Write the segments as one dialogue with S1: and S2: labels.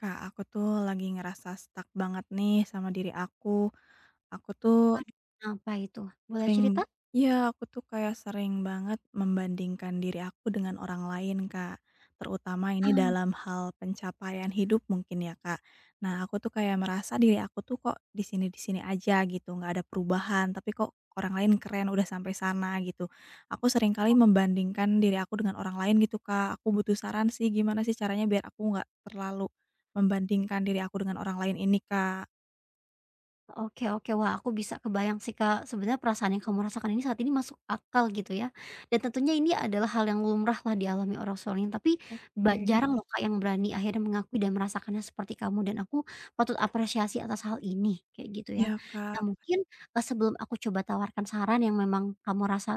S1: Kak, aku tuh lagi ngerasa stuck banget nih sama diri aku. Aku tuh
S2: Aduh, kenapa itu? Boleh cerita?
S1: sering, ya, aku tuh kayak sering banget membandingkan diri aku dengan orang lain, Kak. Terutama ini
S2: Ah,
S1: dalam hal pencapaian hidup mungkin ya, Kak. Nah, aku tuh kayak merasa diri aku tuh kok di sini aja gitu, nggak ada perubahan, tapi kok orang lain keren udah sampai sana gitu. Aku sering kali membandingkan diri aku dengan orang lain gitu, Kak. Aku butuh saran sih gimana sih caranya biar aku nggak terlalu membandingkan diri aku dengan orang lain ini, Kak.
S2: oke oke. Wah, aku bisa kebayang sih, Kak. Sebenarnya perasaan yang kamu rasakan ini saat ini masuk akal gitu ya. Dan tentunya ini adalah hal yang lumrah lah dialami orang seorang, tapi ba
S1: Oke.
S2: jarang loh, Kak, yang berani akhirnya mengakui dan merasakannya seperti kamu dan aku patut apresiasi atas hal ini, kayak gitu ya.
S1: Iya,
S2: Nah,
S1: Kak.
S2: mungkin, sebelum aku coba tawarkan saran yang memang kamu rasa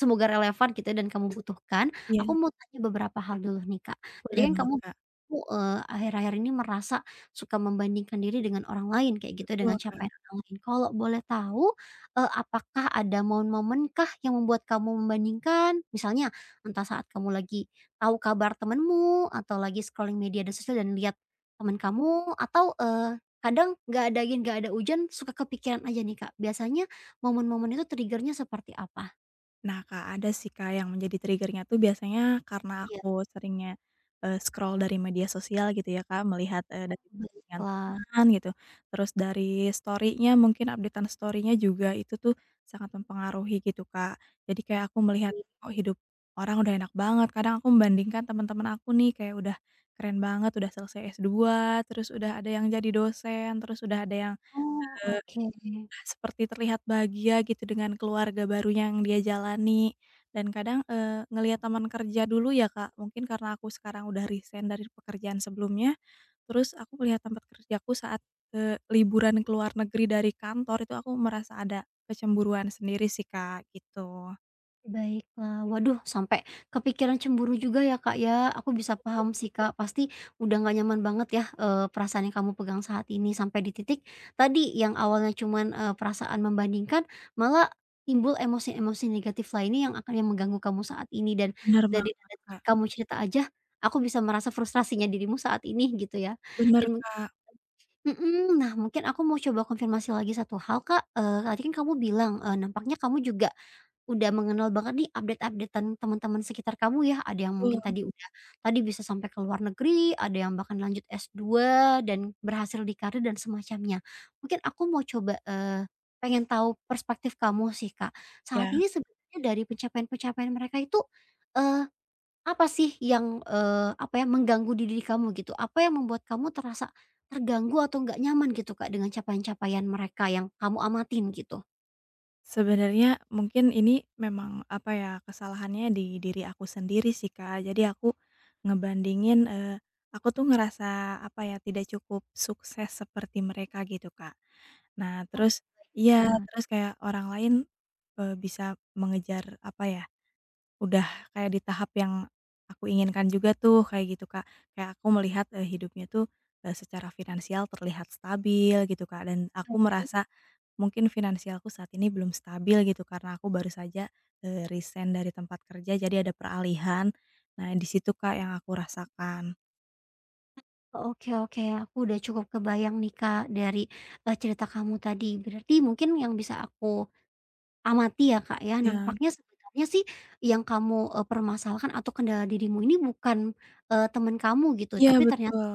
S2: semoga relevan gitu ya dan kamu butuhkan, aku
S1: Iya,
S2: mau tanya beberapa hal dulu nih, Kak. Tadi
S1: boleh
S2: kan
S1: banget,
S2: kamu,
S1: Kak.
S2: akhir-akhir ini merasa suka membandingkan diri dengan orang lain kayak gitu, dengan
S1: Betul, Kak.
S2: capaian orang lain. Kalau boleh tahu, apakah ada momen-momenkah yang membuat kamu membandingkan? Misalnya entah saat kamu lagi tahu kabar temenmu, atau lagi scrolling media dan sosial dan lihat temen kamu, atau, kadang nggak ada angin, nggak ada hujan, suka kepikiran aja nih, Kak. Biasanya momen-momen itu trigger-nya seperti apa?
S1: Nah, Kak, ada sih, Kak, yang menjadi triggernya tuh biasanya karena
S2: Iya,
S1: aku seringnya, scroll dari media sosial gitu ya, Kak, melihat, dari postingan
S2: baiklah.
S1: teman gitu, terus dari story-nya mungkin updatean an story-nya juga itu tuh sangat mempengaruhi gitu, Kak. Jadi kayak aku melihat, "Oh, hidup orang udah enak banget." Kadang aku membandingkan teman-teman aku nih kayak udah keren banget, udah selesai s dua terus udah ada yang jadi dosen, terus udah ada yang
S2: Oh, oke.
S1: seperti terlihat bahagia gitu dengan keluarga baru yang dia jalani. Dan kadang, ngelihat teman kerja dulu ya, Kak, mungkin karena aku sekarang udah resign dari pekerjaan sebelumnya, terus aku melihat tempat kerjaku saat, liburan ke luar negeri dari kantor itu aku merasa ada kecemburuan sendiri sih, Kak, gitu.
S2: Baiklah. Waduh, sampai kepikiran cemburu juga ya, Kak, ya. Aku bisa paham sih, Kak. Pasti udah nggak nyaman banget ya, perasaan yang kamu pegang saat ini sampai di titik tadi yang awalnya cuman, perasaan membandingkan malah timbul emosi-emosi negatif lainnya yang akan yang mengganggu kamu saat ini dan
S1: Bener
S2: dari
S1: banget,
S2: nada
S1: Kak.
S2: kamu cerita aja aku bisa merasa frustrasinya dirimu saat ini gitu ya. Dan
S1: Bener,
S2: mung
S1: Kak,
S2: Mhm, nah mungkin aku mau coba konfirmasi lagi satu hal, Kak. Tadi kan kamu bilang, nampaknya kamu juga udah mengenal banget nih updatean teman-teman sekitar kamu ya, ada yang mungkin
S1: betul.
S2: tadi udah tadi bisa sampai ke luar negeri, ada yang bahkan lanjut S2 dan berhasil di karir dan semacamnya. Mungkin aku mau coba, pengen tahu perspektif kamu sih, Kak. Saat
S1: Ya.
S2: ini sebenarnya dari pencapaian-pencapaian mereka itu, eee, apa sih yang, apa ya, mengganggu di diri kamu gitu? Apa yang membuat kamu terasa terganggu atau nggak nyaman gitu, Kak, dengan capaian-capaian mereka yang kamu amatin gitu?
S1: Sebenarnya mungkin ini memang, apa ya, kesalahannya di diri aku sendiri sih, Kak. Jadi aku ngebandingin, aku tuh ngerasa, apa ya, tidak cukup sukses seperti mereka gitu, Kak. Nah
S2: Oh,
S1: terus iya,
S2: alah.
S1: terus kayak orang lain, bisa mengejar, apa ya, udah kayak di tahap yang aku inginkan juga tuh, kayak gitu, Kak. Kayak aku melihat, hidupnya tuh, secara finansial terlihat stabil gitu, Kak, dan aku merasa mungkin finansialku saat ini belum stabil gitu karena aku baru saja, resign dari tempat kerja jadi ada peralihan. Nah di situ Kak yang aku rasakan.
S2: Oke oke, aku udah cukup kebayang nih Kak dari, cerita kamu tadi. Berarti mungkin yang bisa aku amati ya Kak ya,
S1: Iya,
S2: nampaknya sebenarnya sih yang kamu, permasalahkan atau kendala dirimu ini bukan, teman kamu gitu,
S1: iya
S2: tapi ternyata
S1: betul,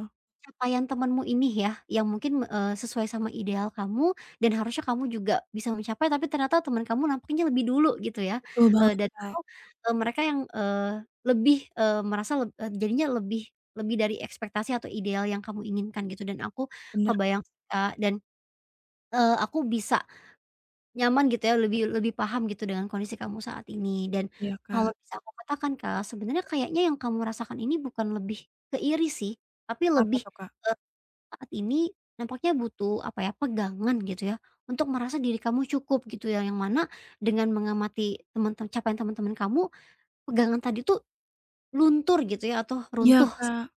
S2: capaian temanmu ini ya, yang mungkin, sesuai sama ideal kamu dan harusnya kamu juga bisa mencapai, tapi ternyata teman kamu nampaknya lebih dulu gitu ya,
S1: betul banget
S2: dan
S1: Kak,
S2: atau, mereka yang, lebih, eee, merasa leb eee, jadinya lebih lebih dari ekspektasi atau ideal yang kamu inginkan gitu dan aku
S1: bener,
S2: kebayang sih, Kak, dan, aku bisa nyaman gitu ya, lebih lebih paham gitu dengan kondisi kamu saat ini dan
S1: iya Kak.
S2: kalau bisa aku katakan, Kak, sebenarnya kayaknya yang kamu rasakan ini bukan lebih ke iri sih, tapi
S1: Apa
S2: lebih,
S1: tuh Kak?
S2: saat ini nampaknya butuh apa ya, pegangan gitu ya, untuk merasa diri kamu cukup gitu ya, yang mana dengan mengamati capaian teman-teman kamu, pegangan tadi tuh luntur gitu ya atau
S1: Iya
S2: runtuh.
S1: Kak,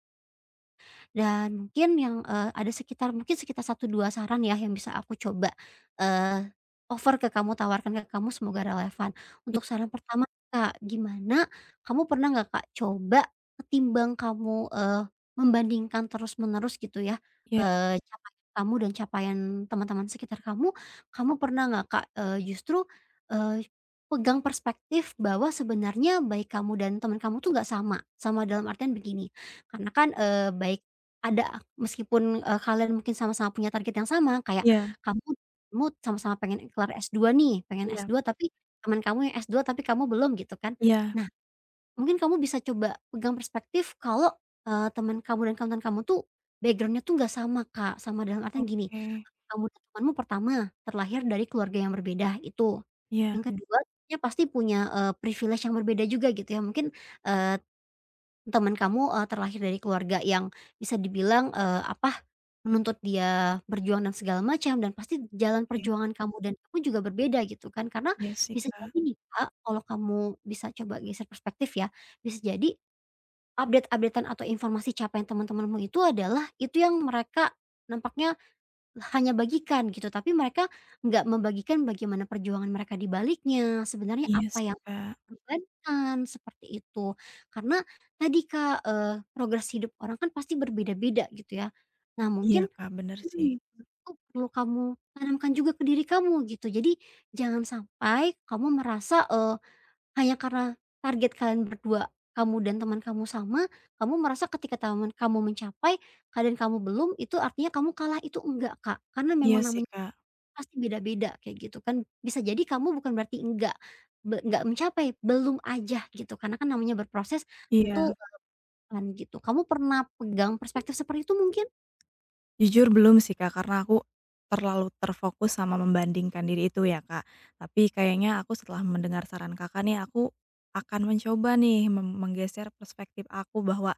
S2: Dan mungkin yang, ada sekitar mungkin sekitar satu 2 saran ya yang bisa aku coba, eee, offer ke kamu, tawarkan ke kamu semoga relevan.
S1: i
S2: Untuk saran pertama, Kak, gimana kamu pernah nggak, Kak, coba ketimbang kamu, membandingkan terus-menerus gitu ya,
S1: iya,
S2: capaian kamu dan capaian teman-teman sekitar kamu, kamu pernah nggak, Kak, justru, eee, pegang perspektif bahwa sebenarnya baik kamu dan teman kamu tuh nggak sama. Sama dalam artian begini, karena kan, baik ada, meskipun, kalian mungkin sama-sama punya target yang sama, kayak
S1: iya,
S2: kamu kamu sama-sama pengen kelar S2 nih, pengen
S1: iya,
S2: S2 tapi teman kamu yang S2 tapi kamu belum gitu kan.
S1: iya,
S2: Nah, mungkin kamu bisa coba pegang perspektif kalau, teman kamu dan kawan kamu tuh background-nya tuh nggak sama, Kak. Sama dalam artian gini,
S1: oke,
S2: kamu dan temanmu pertama terlahir dari keluarga yang berbeda, itu.
S1: iya,
S2: Yang kedua, dia pasti punya, privilege yang berbeda juga gitu ya. Mungkin, eee teman kamu, terlahir dari keluarga yang bisa dibilang, apa, menuntut dia berjuang dan segala macam dan pasti jalan
S1: oke,
S2: perjuangan kamu dan aku juga berbeda gitu kan. Karena
S1: iya sih
S2: bisa
S1: Kak,
S2: jadi nih Kak, kalau kamu bisa coba geser perspektif ya, bisa jadi updatean atau informasi capaian teman-temanmu itu adalah itu yang mereka nampaknya hanya bagikan gitu, tapi mereka nggak membagikan bagaimana perjuangan mereka di baliknya, sebenarnya
S1: iya
S2: apa
S1: sih
S2: yang
S1: Kak,
S2: korbankan, seperti itu. Karena tadi Kak, progres hidup orang kan pasti berbeda-beda gitu ya. Nah
S1: iya
S2: mungkin
S1: Kak, bener sih,
S2: mhm, itu perlu kamu tanamkan juga ke diri kamu gitu. Jadi jangan sampai kamu merasa, hanya karena target kalian berdua, kamu dan teman kamu sama, kamu merasa ketika teman kamu mencapai, kamu belum, itu artinya kamu kalah, itu enggak, Kak. Karena
S1: iya
S2: memang
S1: sih
S2: namanya
S1: Kak,
S2: pasti beda-beda kayak gitu kan. Bisa jadi kamu bukan berarti enggak, enggak mencapai, belum aja gitu, karena kan namanya berproses
S1: iya.
S2: tentu akan gitu. Kamu pernah pegang perspektif seperti itu mungkin?
S1: Jujur belum sih Kak, karena aku terlalu terfokus sama membandingkan diri itu ya Kak. Tapi kayaknya aku setelah mendengar saran Kakak nih, aku akan mencoba nih mem menggeser perspektif aku bahwa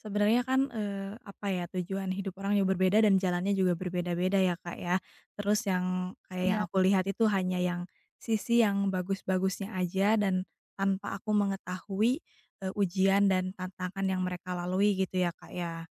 S1: sebenarnya kan, apa ya, tujuan hidup orang yang berbeda dan jalannya juga berbeda-beda ya Kak ya. Terus yang kayak yang
S2: Iya.
S1: aku lihat itu hanya yang sisi yang bagus-bagusnya aja dan tanpa aku mengetahui, ujian dan tantangan yang mereka lalui gitu ya Kak ya.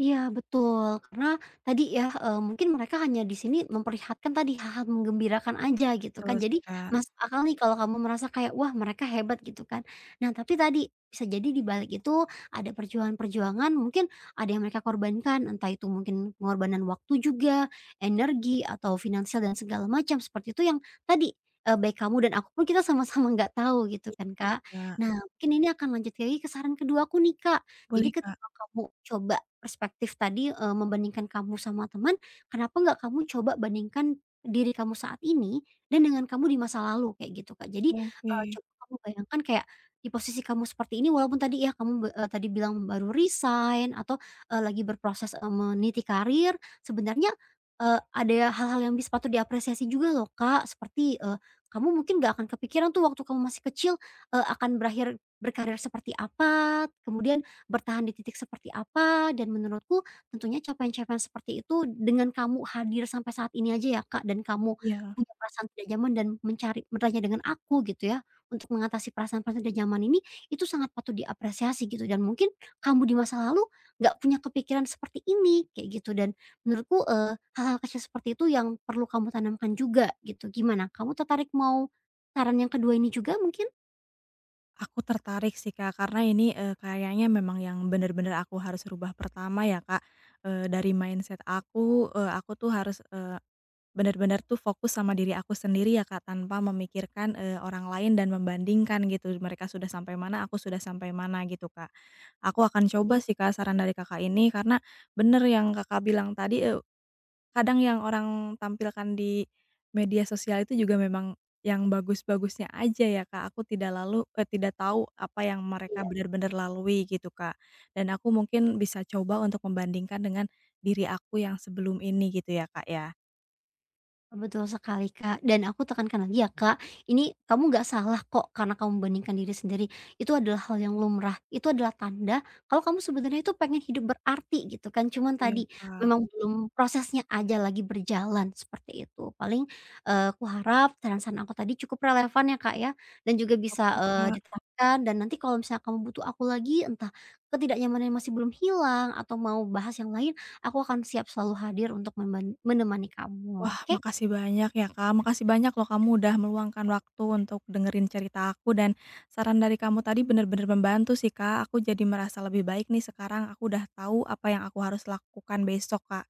S2: Iya betul, karena tadi ya, mungkin mereka hanya di sini memperlihatkan tadi hal-hal menggembirakan aja gitu kan,
S1: Betul sih
S2: jadi
S1: Kak,
S2: masuk akal nih kalau kamu merasa kayak, "Wah mereka hebat," gitu kan. Nah tapi tadi, bisa jadi di balik itu ada perjuangan-perjuangan mungkin ada yang mereka korbankan, entah itu mungkin pengorbanan waktu juga, energi, atau finansial dan segala macam, seperti itu yang tadi, baik kamu dan aku pun kita sama-sama nggak tahu gitu kan, Kak.
S1: iya.
S2: Nah mungkin ini akan lanjut lagi ke saran kedua aku nih, Kak. Jadi
S1: Boleh, Kak.
S2: ketika kamu coba perspektif tadi, membandingkan kamu sama teman, kenapa nggak kamu coba bandingkan diri kamu saat ini dan dengan kamu di masa lalu kayak gitu, Kak. Jadi,
S1: Oke.
S2: coba kamu bayangkan kayak di posisi kamu seperti ini walaupun tadi ya kamu be tadi bilang baru resign atau, lagi berproses, meniti karir, sebenarnya, ada hal-hal yang bisa patut diapresiasi juga loh, Kak. Seperti, kamu mungkin nggak akan kepikiran tuh waktu kamu masih kecil, akan berakhir berkarir seperti apa, kemudian bertahan di titik seperti apa dan menurutku tentunya capaian-capaian seperti itu dengan kamu hadir sampai saat ini aja ya Kak, dan kamu
S1: Iya,
S2: punya perasaan tidak nyaman dan mencari bertanya dengan aku gitu ya, untuk mengatasi perasaan-perasaan tidak nyaman ini, itu sangat patut diapresiasi gitu dan mungkin kamu di masa lalu nggak punya kepikiran seperti ini, kayak gitu dan menurutku, hal-hal kecil seperti itu yang perlu kamu tanamkan juga gitu. Gimana, kamu tertarik mau saran yang kedua ini juga mungkin?
S1: aku tertarik sih, Kak, karena ini, kayaknya memang yang bener-bener aku harus rubah pertama ya, Kak, dari mindset aku, aku tuh harus, bener-bener tuh fokus sama diri aku sendiri ya, Kak, tanpa memikirkan, orang lain dan membandingkan gitu, mereka sudah sampai mana, aku sudah sampai mana gitu, Kak. Aku akan
S2: Iya
S1: coba sih, Kak, saran dari Kakak ini karena bener yang Kakak bilang tadi, kadang yang orang tampilkan di media sosial itu juga memang yang bagus-bagusnya aja ya, Kak, aku tidak lalu tidak tahu apa yang mereka
S2: iya.
S1: benar-benar lalui gitu, Kak. Dan aku mungkin bisa coba untuk membandingkan dengan diri aku yang sebelum ini gitu ya, Kak, ya?
S2: Betul sekali, Kak, dan aku tekankan lagi ya, Kak, ini kamu nggak salah kok karena kamu bandingkan diri sendiri, itu adalah hal yang lumrah, itu adalah tanda kalau kamu sebenarnya itu pengen hidup berarti gitu kan, cuman
S1: Iya,
S2: tadi
S1: Kak.
S2: memang belum prosesnya aja lagi berjalan seperti itu. Paling, aku harap saran-saran aku tadi cukup relevan ya, Kak, ya, dan juga bisa,
S1: Oke, Kak.
S2: diterapkan dan nanti kalau misalnya kamu butuh aku lagi entah ketidaknyamanan yang masih belum hilang atau mau bahas yang lain, aku akan siap selalu hadir untuk menemani kamu,
S1: Wah,
S2: oke?
S1: makasih banyak ya, Kak. Makasih banyak loh kamu udah meluangkan waktu untuk dengerin cerita aku dan saran dari kamu tadi bener-bener membantu sih, Kak. Aku jadi merasa lebih baik nih sekarang aku udah tahu apa yang aku harus lakukan besok, Kak.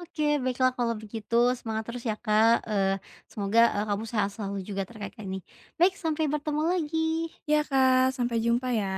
S2: Oke, baiklah kalau begitu semangat terus ya Kak, semoga, kamu sehat selalu juga terkait ini. Baik sampai bertemu lagi.
S1: Ya Kak, sampai jumpa ya.